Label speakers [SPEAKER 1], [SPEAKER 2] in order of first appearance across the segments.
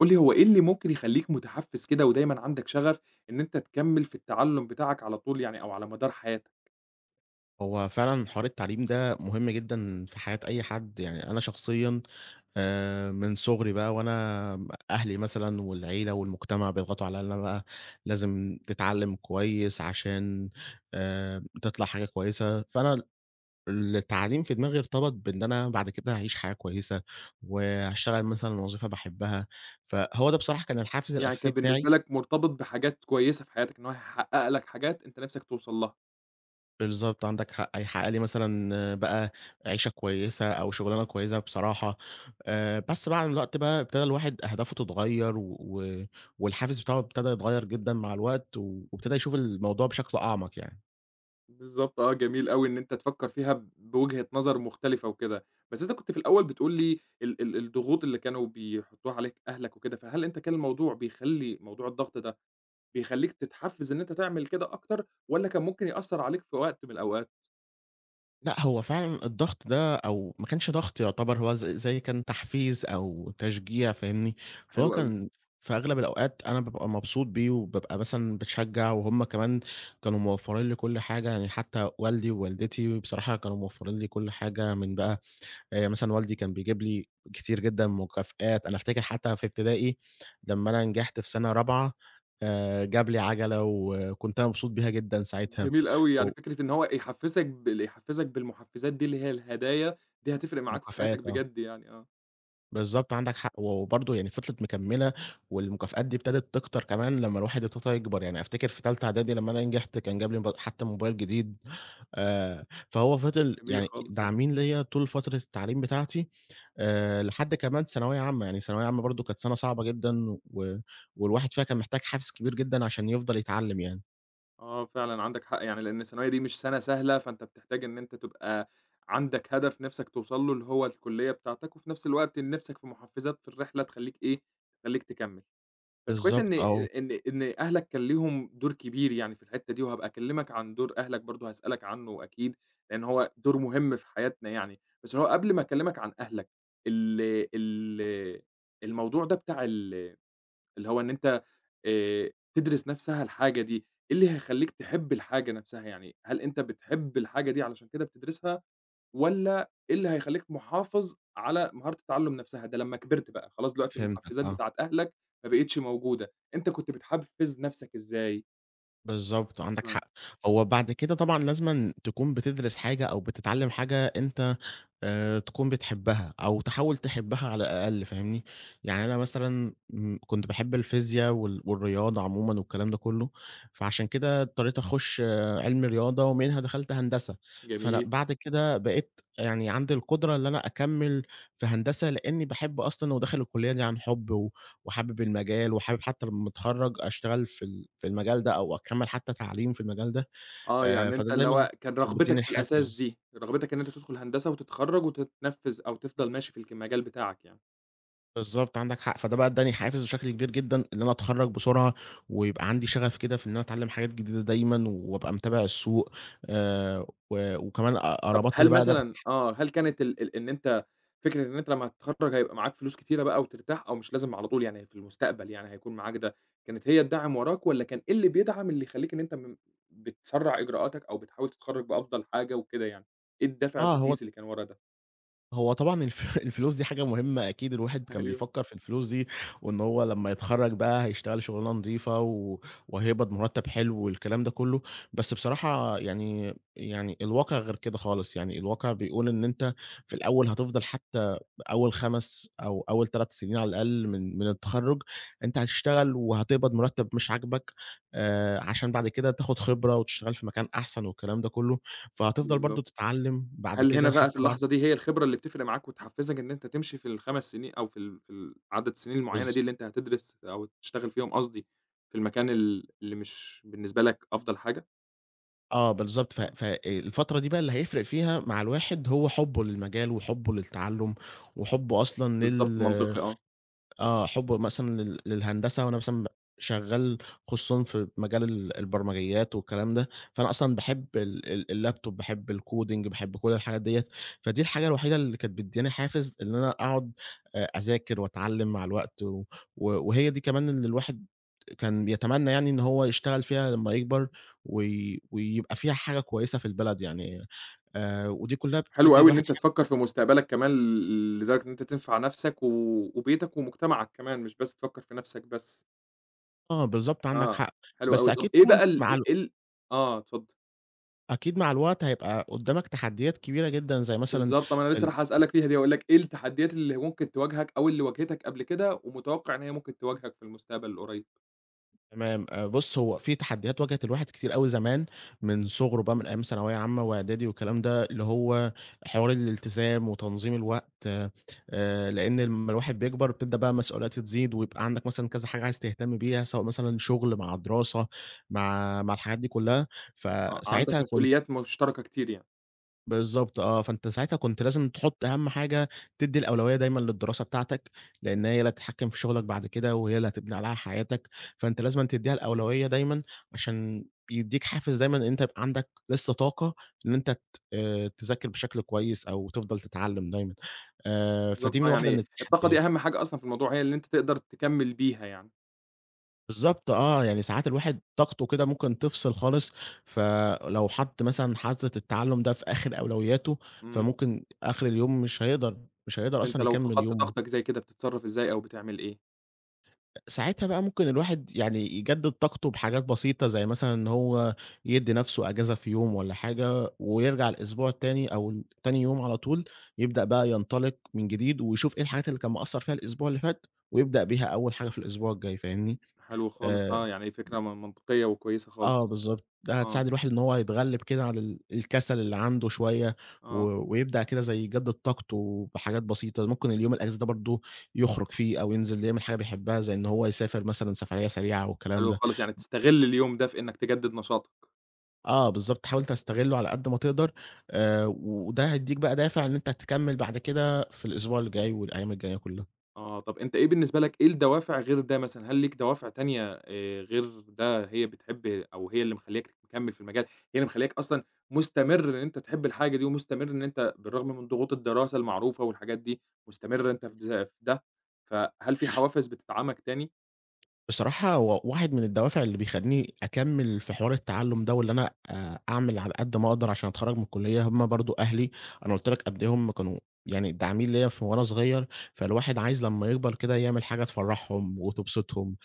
[SPEAKER 1] قُل لي هو إيه اللي ممكن يخلّيك متحفّز كده ودايمًا عندك شغف إن أنت تكمّل في التعلُّم بتاعك على طول يعني أو على مدار حياتك؟
[SPEAKER 2] هو فعلًا حوار التعليم ده مهم جدًا في حياة أي حد، يعني أنا شخصيًا من صغري بقى وأنا أهلي مثلًا والعيلة والمجتمع بيضغطوا عليّا إن أنا بقى لازم تتعلم كويس عشان تطلع حاجة كويسة، فأنا التعليم في دماغي ارتبط بإن أنا بعد كده هاعيش حياة كويسة، وهاشتغل مثلًا وظيفة باحبها، فهو ده بصراحة كان الحافز
[SPEAKER 1] يعني
[SPEAKER 2] الأساسي
[SPEAKER 1] كان بالنسبة
[SPEAKER 2] بتاعي.
[SPEAKER 1] لك مرتبط بحاجات كويسة في حياتك، إن هو هيحقّق لك حاجات أنت نِفْسك توصل لها.
[SPEAKER 2] بالضبط، عندك حق، هيحقق لي مثلًا بقى عيشة كويسة أو شغلانة كويسة بصراحة. بس مع الوقت بقى ابتدى الواحد أهدافه تتغيّر و و والحافز بتاعه ابتدى يتغيّر جدًا مع الوقت، وابتدى يشوف الموضوع بشكل أعمق يعني.
[SPEAKER 1] بالضبط آه، جميل أوي إن أنت تفكّر فيها ب بوجهة نظر مختلفة وكده. بس أنت كنت في الأول بتقول لي ال ال الضغوط اللي كانوا بيحطّوها عليك أهلك وكده، فهل أنت كان الموضوع بيخلّي موضوع الضغط ده بيخلّيك تتحفّز إن أنت تعمل كده أكتر والّا كان ممكن يأثّر عليك في وقت من الأوقات؟
[SPEAKER 2] لأ، هو فعلًا الضغط ده أو ما كانش ضغط يعتبر هو زي كان تحفيز أو تشجيع فاهمني،
[SPEAKER 1] حلو
[SPEAKER 2] فهو
[SPEAKER 1] أوي.
[SPEAKER 2] كان في أغلب الأوقات أنا بابقى مبسوط بيه وبابقى مثلًا باتشجّع وهُم كمان كانوا موفّرين لي كل حاجة، يعني حتى والدي ووالدتي بصراحة كانوا موفّرين لي كل حاجة من بقى مثلًا والدي كان بيجيب لي كتير جدًا مكافآت. أنا أفتكر حتى في ابتدائي لمّا أنا نجحت في سَنة رابعة جاب لي عَجَلة وكنت أنا مبسوط بيها جدًا ساعتها.
[SPEAKER 1] جميل أوي، يعني
[SPEAKER 2] و
[SPEAKER 1] فكرة إن هو يحفّزك يحفّزك بالمحفّزات دي اللي هي الهدايا، دي هتفرق معاك في حياتك
[SPEAKER 2] مكافآت آه.
[SPEAKER 1] بجد يعني آه،
[SPEAKER 2] بالضبط، عندك حق، وبرضه يعني فِضلِت مكمّلة والمكافآت دي ابتدت تكتر كمان لمّا الواحد ابتدى يكبر، يعني أفتكر في تالتة إعدادي لمّا أنا نجحت كان جاب لي حتى موبايل جديد. فهو فِضل
[SPEAKER 1] جميل
[SPEAKER 2] يعني
[SPEAKER 1] خالص آه،
[SPEAKER 2] داعمين ليّا طول فترة التعليم بتاعتي. لحد كمان ثانوية عامة، يعني ثانوية عامة برضه كانت سَنة صعبة جدًا والواحد فيها كان محتاج حافز كبير جدًا عشان يفضل يتعلّم يعني.
[SPEAKER 1] آه فعلًا عندك حق يعني لإن الثانوية دي مش سَنة سهلة، فأنت بتحتاج إن أنت تبقى عندك هدف نِفْسك توصل له اللي هو الكلية بتاعتك، وفي نَفْس الوقت لنِفْسك في محفّزات في الرحلة تخلّيك إيه، تخلّيك تكمّل. بس كويس إن
[SPEAKER 2] بالضبط، آه،
[SPEAKER 1] إن إن أهلك كان ليهم دور كبير يعني في الحتّة دي، وهابقى أكلّمك عن دور أهلك برضه هاسألك عنّه أكيد، لإن هو دور مهم في حياتنا يعني، بس اللي هو قبل ما أكلّمك عن أهلك ال ال الموضوع ده بتاع اللي هو إن أنت تدرس نَفْسها الحاجة دي، إيه اللي هيخلّيك تحب الحاجة نَفْسها؟ يعني هل أنت بتحب الحاجة دي علشان كده بتدرسها؟ والّا إيه اللي هيخلّيك محافظ على مهارة التعلُّم نَفْسها؟ ده لمّا كبرت بقى، خلاص دلوقتي
[SPEAKER 2] فهمتك،
[SPEAKER 1] المحفّزات
[SPEAKER 2] آه.
[SPEAKER 1] بتاعة أهلك ما بقِتش موجودة، أنت كنت بتحفّز نَفْسك إزاي؟
[SPEAKER 2] بالضبط، عندك
[SPEAKER 1] آه،
[SPEAKER 2] حق. هو بعد كده طبعًا لازمًا تكون بتدرس حاجة أو بتتعلّم حاجة أنت تكون بتحبها أو تحاول تحبها على الأقل فاهمني؟ يعني أنا مثلًا كنت باحب الفيزيا والرياضة عمومًا والكلام ده كُلّه، فعشان كده اضطريت أخُش علمي رياضة ومنها دخلت هندسة، فلأ
[SPEAKER 1] جميل.
[SPEAKER 2] بعد كده بقيت يعني عندي القدرة إن أنا أكمّل في هندسة لإنّي باحب أصلًا وداخل الكلية دي عن حُب وحابب المجال وحابب حتى لمّا أتخرّج أشتغل في المجال ده أو أكمّل حتى تعليم في المجال ده.
[SPEAKER 1] آه، يعني
[SPEAKER 2] فده
[SPEAKER 1] أنت اللي
[SPEAKER 2] دايمًا
[SPEAKER 1] هو كان
[SPEAKER 2] كان بيدّيني
[SPEAKER 1] رغبتك في الأساس
[SPEAKER 2] الحافز.
[SPEAKER 1] دي، رغبتك إن أنت تدخُل هندسة وتتخرّج وتتنفّذ أو تفضل ماشي في الك المجال بتاعك يعني.
[SPEAKER 2] بالضبط عندك حق، فده بقى ادّاني حافز بشكل كبير جدًا إن أنا أتخرّج بسرعة ويبقى عندي شغف كده في إن أنا أتعلّم حاجات جديدة دايمًا وأبقى متابع السوق. و وكمان أ أ
[SPEAKER 1] طب
[SPEAKER 2] ربطت ده
[SPEAKER 1] هل
[SPEAKER 2] بقى ده ب
[SPEAKER 1] مثلًا آه، هل كانت ال ال إن أنت فكرة إن أنت لمّا تتخرّج هيبقى معاك فلوس كتيرة بقى وترتاح أو مش لازم على طول يعني في المستقبل يعني هيكون معاك ده، كانت هي الداعم وراك والّا كان إيه اللي بيدعم اللي يخلّيك إن أنت بتسرّع إجراءاتك أو بتحاول تتخرّج بأفضل حاجة وكده يعني؟ إيه الدافع
[SPEAKER 2] آه هو
[SPEAKER 1] الرئيسي اللي كان ورا ده؟
[SPEAKER 2] هو طبعًا الفلوس دي حاجة مهمة أكيد الواحد كان
[SPEAKER 1] أيوه.
[SPEAKER 2] بيفكّر في الفلوس دي، وإن هو لمّا يتخرّج بقى هيشتغل شغلانة نضيفة وهيقبض مرتّب حلو والكلام ده كلّه. بس بصراحة يعني الواقع غير كده خالص، يعني الواقع بيقول إن أنت في الأول هتفضل حتى أول 5 أو أول 3 سنين على الأقل من التخرّج. أنت هتشتغل وهتقبض مرتّب مش عاجبك. عشان بعد كده تاخد خبرة وتشتغل في مكان أحسن والكلام ده كلّه، فهتفضل
[SPEAKER 1] بالضبط.
[SPEAKER 2] برضه تتعلّم بعد
[SPEAKER 1] هل هنا
[SPEAKER 2] كده
[SPEAKER 1] بقى
[SPEAKER 2] حتى
[SPEAKER 1] في
[SPEAKER 2] بعد.
[SPEAKER 1] اللحظة دي هي الخبرة اللي بتفرق معاك وتحفّزك إن أنت تمشي في ال5 سنين أو في عدد السنين المعيّنة
[SPEAKER 2] بالض
[SPEAKER 1] دي اللي أنت هتدرس أو تشتغل فيهم قصدي في المكان اللي مش بالنسبة لك أفضل حاجة؟
[SPEAKER 2] بالضبط،
[SPEAKER 1] آه.
[SPEAKER 2] فالفترة دي بقى اللي هيفرق فيها مع الواحد هو حُبّه للمجال وحُبّه للتعلُّم وحُبّه أصلًا
[SPEAKER 1] بالضبط،
[SPEAKER 2] لل
[SPEAKER 1] منطقي آه.
[SPEAKER 2] آه، حُبّه مثلًا للهندسة، وأنا مثلًا شغّال خصوصًا في مجال البرمجيات والكلام ده. فأنا أصلًا باحب ال ال الLaptop باحب الcoding باحب كل الحاجات ديّة، فدي الحاجة الوحيدة اللي كانت بتدّيني حافز إن أنا أقعد أذاكر وأتعلّم مع الوقت وهي دي كمان اللي الواحد كان بيتمنى يعني إن هو يشتغل فيها لمّا يكبر ويبقى فيها حاجة كويسة في البلد يعني. ودي كلّها
[SPEAKER 1] حلو
[SPEAKER 2] بتدّي
[SPEAKER 1] أوي إن
[SPEAKER 2] الواحد
[SPEAKER 1] أنت تفكّر
[SPEAKER 2] حافز.
[SPEAKER 1] في مستقبلك كمان لدرجة إن أنت تنفع نَفْسك و وبيتك ومجتمعك كمان، مش بس تفكّر في نَفْسك بس.
[SPEAKER 2] آه، بالضبط عندك
[SPEAKER 1] آه،
[SPEAKER 2] حق.
[SPEAKER 1] حلو
[SPEAKER 2] بس
[SPEAKER 1] أوي. طَب
[SPEAKER 2] أكيد
[SPEAKER 1] إيه
[SPEAKER 2] طبعًا
[SPEAKER 1] بقى ال
[SPEAKER 2] مع
[SPEAKER 1] ال
[SPEAKER 2] ال
[SPEAKER 1] إيه ال آه، اتفضل.
[SPEAKER 2] أكيد مع الوقت هيبقى قدّامك تحديات كبيرة جدًا زي مثلًا
[SPEAKER 1] بالضبط، ما أنا لسه
[SPEAKER 2] ال
[SPEAKER 1] رايح أسألك فيها دي، هاقول لك إيه التحديات اللي ممكن تواجهك أو اللي واجهتك قبل كده ومتوقع إن هي ممكن تواجهك في المستقبل القريب؟
[SPEAKER 2] تمام. بُص هو في تحديات واجهت الواحد كتير أوي زمان، من صغره بقى من أيام ثانوية عامة وإعدادي والكلام ده، اللي هو حوار الالتزام وتنظيم الوقت. لإن لمّا الواحد بيكبر بتبدأ بقى مسؤوليات تزيد، ويبقى عندك مثلًا كذا حاجة عايز تهتم بيها، سواء مثلًا شغل مع دراسة مع الحاجات دي كلها،
[SPEAKER 1] آه، عندك
[SPEAKER 2] فساعتها كنت.
[SPEAKER 1] مسؤوليات مشتركة كتير يعني.
[SPEAKER 2] بالضبط آه، فأنت ساعتها كنت لازم تحط أهم حاجة تدّي الأولوية دايمًا للدراسة بتاعتك، لإن هي اللي هتتحكم في شغلك بعد كده، وهي اللي هتبني عليها حياتك، فأنت لازمًا تدّيها الأولوية دايمًا عشان يدّيك حافز دايمًا إن أنت يبقى عندك لسه طاقة إن أنت ت تذاكر بشكل كويس أو تفضل تتعلّم دايمًا. فدي
[SPEAKER 1] بالضبط
[SPEAKER 2] من
[SPEAKER 1] آه،
[SPEAKER 2] واحدة من
[SPEAKER 1] يعني الطاقة دي
[SPEAKER 2] التحديات.
[SPEAKER 1] أهَم حاجة أصلًا في الموضوع، هي اللي أنت تقدر تكمّل بيها يعني.
[SPEAKER 2] بالضبط آه، يعني ساعات الواحد طاقته كده ممكن تفصل خالص، فلو حَط مثلًا حاطط التعلُّم ده في آخر أولوياته،
[SPEAKER 1] إمم.
[SPEAKER 2] فممكن آخر اليوم مش هيقدر
[SPEAKER 1] طَب أنت
[SPEAKER 2] أصلًا
[SPEAKER 1] لو
[SPEAKER 2] يكمّل
[SPEAKER 1] فقدت
[SPEAKER 2] يومه.
[SPEAKER 1] طاقتك زي كده بتتصرّف إزاي أو بتعمل إيه؟
[SPEAKER 2] ساعتها بقى ممكن الواحد يعني يجدد طاقته بحاجات بسيطة، زي مثلًا إن هو يدّي نَفْسه أجازة في يوم والّا حاجة، ويرجع الأسبوع التاني أو تاني يوم على طول يبدأ بقى ينطلق من جديد، ويشوف إيه الحاجات اللي كان مقصّر فيها الأسبوع اللي فات، ويبدأ بيها أول حاجة في الأسبوع الجاي، فاهمني؟
[SPEAKER 1] حلو خالص
[SPEAKER 2] آآ
[SPEAKER 1] آه، يعني فكرة منطقية وكويسة
[SPEAKER 2] آه
[SPEAKER 1] خالص.
[SPEAKER 2] بالضبط، ده
[SPEAKER 1] آه،
[SPEAKER 2] هتساعد الواحد إن هو يتغلِّب كده على الكسل اللي عنده شوية، و
[SPEAKER 1] آه،
[SPEAKER 2] ويبدأ كده زي يجدِّد طاقته بحاجات بسيطة، ممكن اليوم الأجازة ده برضه يخرج فيه أو ينزل يعمل حاجة بيحبها، زي إن هو يسافر مثلًا سفرية سريعة والكلام
[SPEAKER 1] حلو
[SPEAKER 2] ده.
[SPEAKER 1] خالص، يعني تستغل اليوم ده في إنّك تجدد نشاطك.
[SPEAKER 2] آه بالضبط، حاول تستغلّه على قد ما تقدر. وده هيدّيك بقى دافع إن أنت تكمّل بعد كده في الأسبوع اللي جاي والأيام الجاية كلّها.
[SPEAKER 1] آه، طَب أنت إيه بالنسبة لك إيه الدوافع غير ده مثلًا، هل ليك دوافع تانية غير ده هي بتحب أو هي اللي مخلّياك مكمّل في المجال، هي اللي مخلّياك أصلًا مستمر إن أنت تحب الحاجة دي ومستمر إن أنت بالرغم من ضغوط الدراسة المعروفة والحاجات دي، مستمر أنت في ده، فهل في حوافز بتدعمك تاني؟
[SPEAKER 2] بصراحة هو واحد من الدوافع اللي بيخلّيني أكمّل في حوار التعلُّم ده واللي أنا أعمل على قد ما أقدر عشان أتخرّج من الكُلّية هم برضه أهلي. أنا قُلت لك قد إيه هم كانوا يعني داعمين ليّا وأنا صغير، فالواحد عايز لمّا يكبر كده يعمل حاجة تفرّحهم وتبسطهم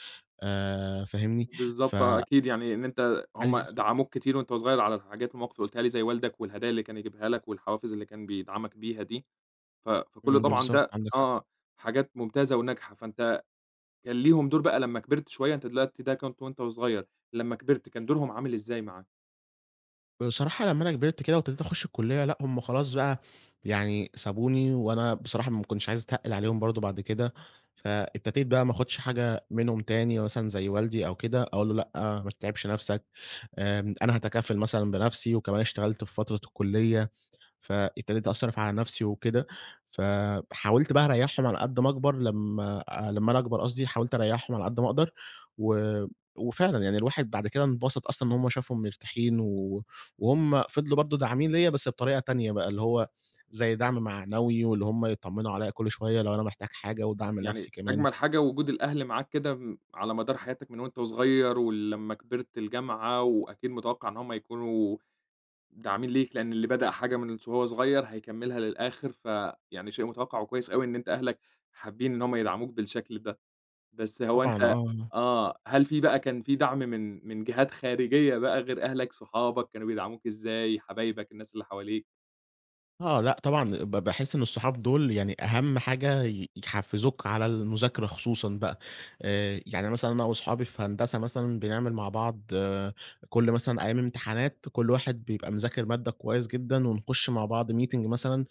[SPEAKER 2] فاهمني؟
[SPEAKER 1] بالضبط آه، أكيد يعني إن أنت هم
[SPEAKER 2] فعايز.
[SPEAKER 1] دعموك كتير وأنت صغير على الحاجات والمواقف اللي قُلتها لي زي والدك والهدايا اللي كان يجيبها لك والحوافز اللي كان بيدعمك بيها دي، فكل طبعًا
[SPEAKER 2] بالضبط
[SPEAKER 1] ده
[SPEAKER 2] عندك.
[SPEAKER 1] آه، حاجات ممتازة وناجحة، فأنت كان ليهم دور بقى لمّا كبرت شوية، أنت دلوقتي ده كنت وأنت صغير، لمّا كبرت كان دورهم عامل إزاي معاك؟
[SPEAKER 2] بصراحة لمّا أنا كبرت كده وابتديت أخُش الكُلّية، لأ هم خلاص بقى يعني سابوني، وأنا بصراحة ما كنتش عايز أتقِّل عليهم برضه بعد كده، فابتديت بقى ما آخُدش حاجة منهم تاني مثلًا زي والدي أو كده، أقول له: "لأ ما تتعبش نَفْسك، أنا هاتكفّل مثلًا بنَفْسي." وكمان اشتغلت في فترة الكُلّية، فابتديت أصرف على نفسي وكده، فحاولت بقى أريّحهم على قد ما أكبر لمّا أنا أكبر قصدي، حاولت أريّحهم على قد ما أقدر، و وفعلًا يعني الواحد بعد كده انبسط أصلًا إن هم شافهم مرتاحين، وهم فضلوا برضه داعمين ليّا بس بطريقة تانية بقى، اللي هو زي دعم معنوي واللي هم يطمنوا عليّا كل شوية لو أنا محتاج حاجة، ودعم
[SPEAKER 1] يعني
[SPEAKER 2] نفسي كمان.
[SPEAKER 1] أجمل حاجة وجود الأهل معاك كده م على مدار حياتك من وأنت صغير ولمّا كبرت الجامعة، وأكيد متوقع إن هم يكونوا داعمين ليك، لإن اللي بدأ حاجة من س وهو صغير هيكمّلها للآخر، فيعني شيء متوقّع وكويس أوي إن أنت أهلك حابين إن هم يدعموك بالشكل ده، بس هو
[SPEAKER 2] طبعًا
[SPEAKER 1] أنت
[SPEAKER 2] آه.
[SPEAKER 1] آه، هل في بقى كان في دعم من جهات خارجية بقى غير أهلك، صحابك كانوا بيدعموك إزاي، حبايبك، الناس اللي حواليك؟
[SPEAKER 2] آه، لأ طبعًا باحس إن الصحاب دول يعني أهم حاجة يحفّزوك على المذاكرة خصوصًا بقى. يعني مثلًا أنا وأصحابي في هندسة مثلًا بنعمل مع بعض كل مثلًا أيام امتحانات كل واحد بيبقى مذاكر مادة كويس جدًا ونخش مع بعض meeting مثلًا،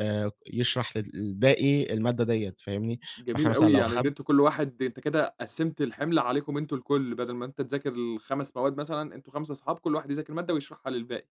[SPEAKER 2] يشرح للباقي المادة ديّة فاهمني؟ فإحنا
[SPEAKER 1] جميل
[SPEAKER 2] مثلًا
[SPEAKER 1] أوي،
[SPEAKER 2] لو
[SPEAKER 1] يعني إن أنتم
[SPEAKER 2] 5.
[SPEAKER 1] كل واحد أنت كده قسّمت الحِمل عليكم أنتم الكل، بدل ما أنت تذاكر ال5 مواد مثلًا، أنتم 5 أصحاب كل واحد يذاكر مادة ويشرحها للباقي،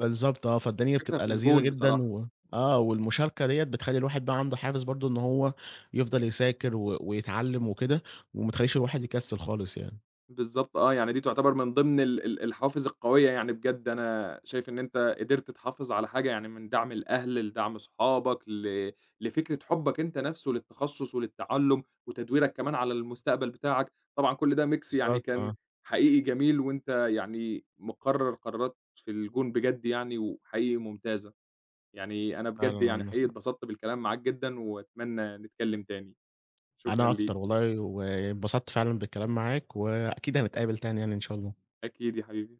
[SPEAKER 2] بالضبط آه، فالدنيا
[SPEAKER 1] فكرة
[SPEAKER 2] بتبقى
[SPEAKER 1] في
[SPEAKER 2] لذيذة
[SPEAKER 1] الجون
[SPEAKER 2] جدًا
[SPEAKER 1] بصراحة. إمم.
[SPEAKER 2] آه، والمشاركة ديّة بتخلّي الواحد بقى عنده حافز برضه إن هو يفضل يذاكر ويتعلّم وكده، وما تخلّيش الواحد يكسّل خالص يعني.
[SPEAKER 1] بالضبط آه، يعني دي تعتبر من ضمن ال ال الحوافز القوية يعني بجد، أنا شايف إن أنت قدرت تحافظ على حاجة يعني من دعم الأهل، لدعم صحابك، لفكرة حُبك أنت نفسه للتخصص وللتعلُّم، وتدويرك كمان على المستقبل بتاعك، طبعًا كل ده mix يعني
[SPEAKER 2] بالضبط
[SPEAKER 1] كان
[SPEAKER 2] آه،
[SPEAKER 1] حقيقي جميل، وأنت يعني مقرّر قرارات في الجون بجد يعني وحقيقي ممتازة، يعني أنا بجد
[SPEAKER 2] فعلًا
[SPEAKER 1] يعني
[SPEAKER 2] عندك
[SPEAKER 1] حقيقي
[SPEAKER 2] حق.
[SPEAKER 1] اتبسطت بالكلام معاك جدًا، وأتمنى نتكلّم تاني، شكرًا
[SPEAKER 2] أنا
[SPEAKER 1] ليك،
[SPEAKER 2] أكتر والله وانبسطت فعلًا بالكلام معاك، وأكيد هنتقابل تاني يعني إن شاء الله.
[SPEAKER 1] أكيد يا حبيبي.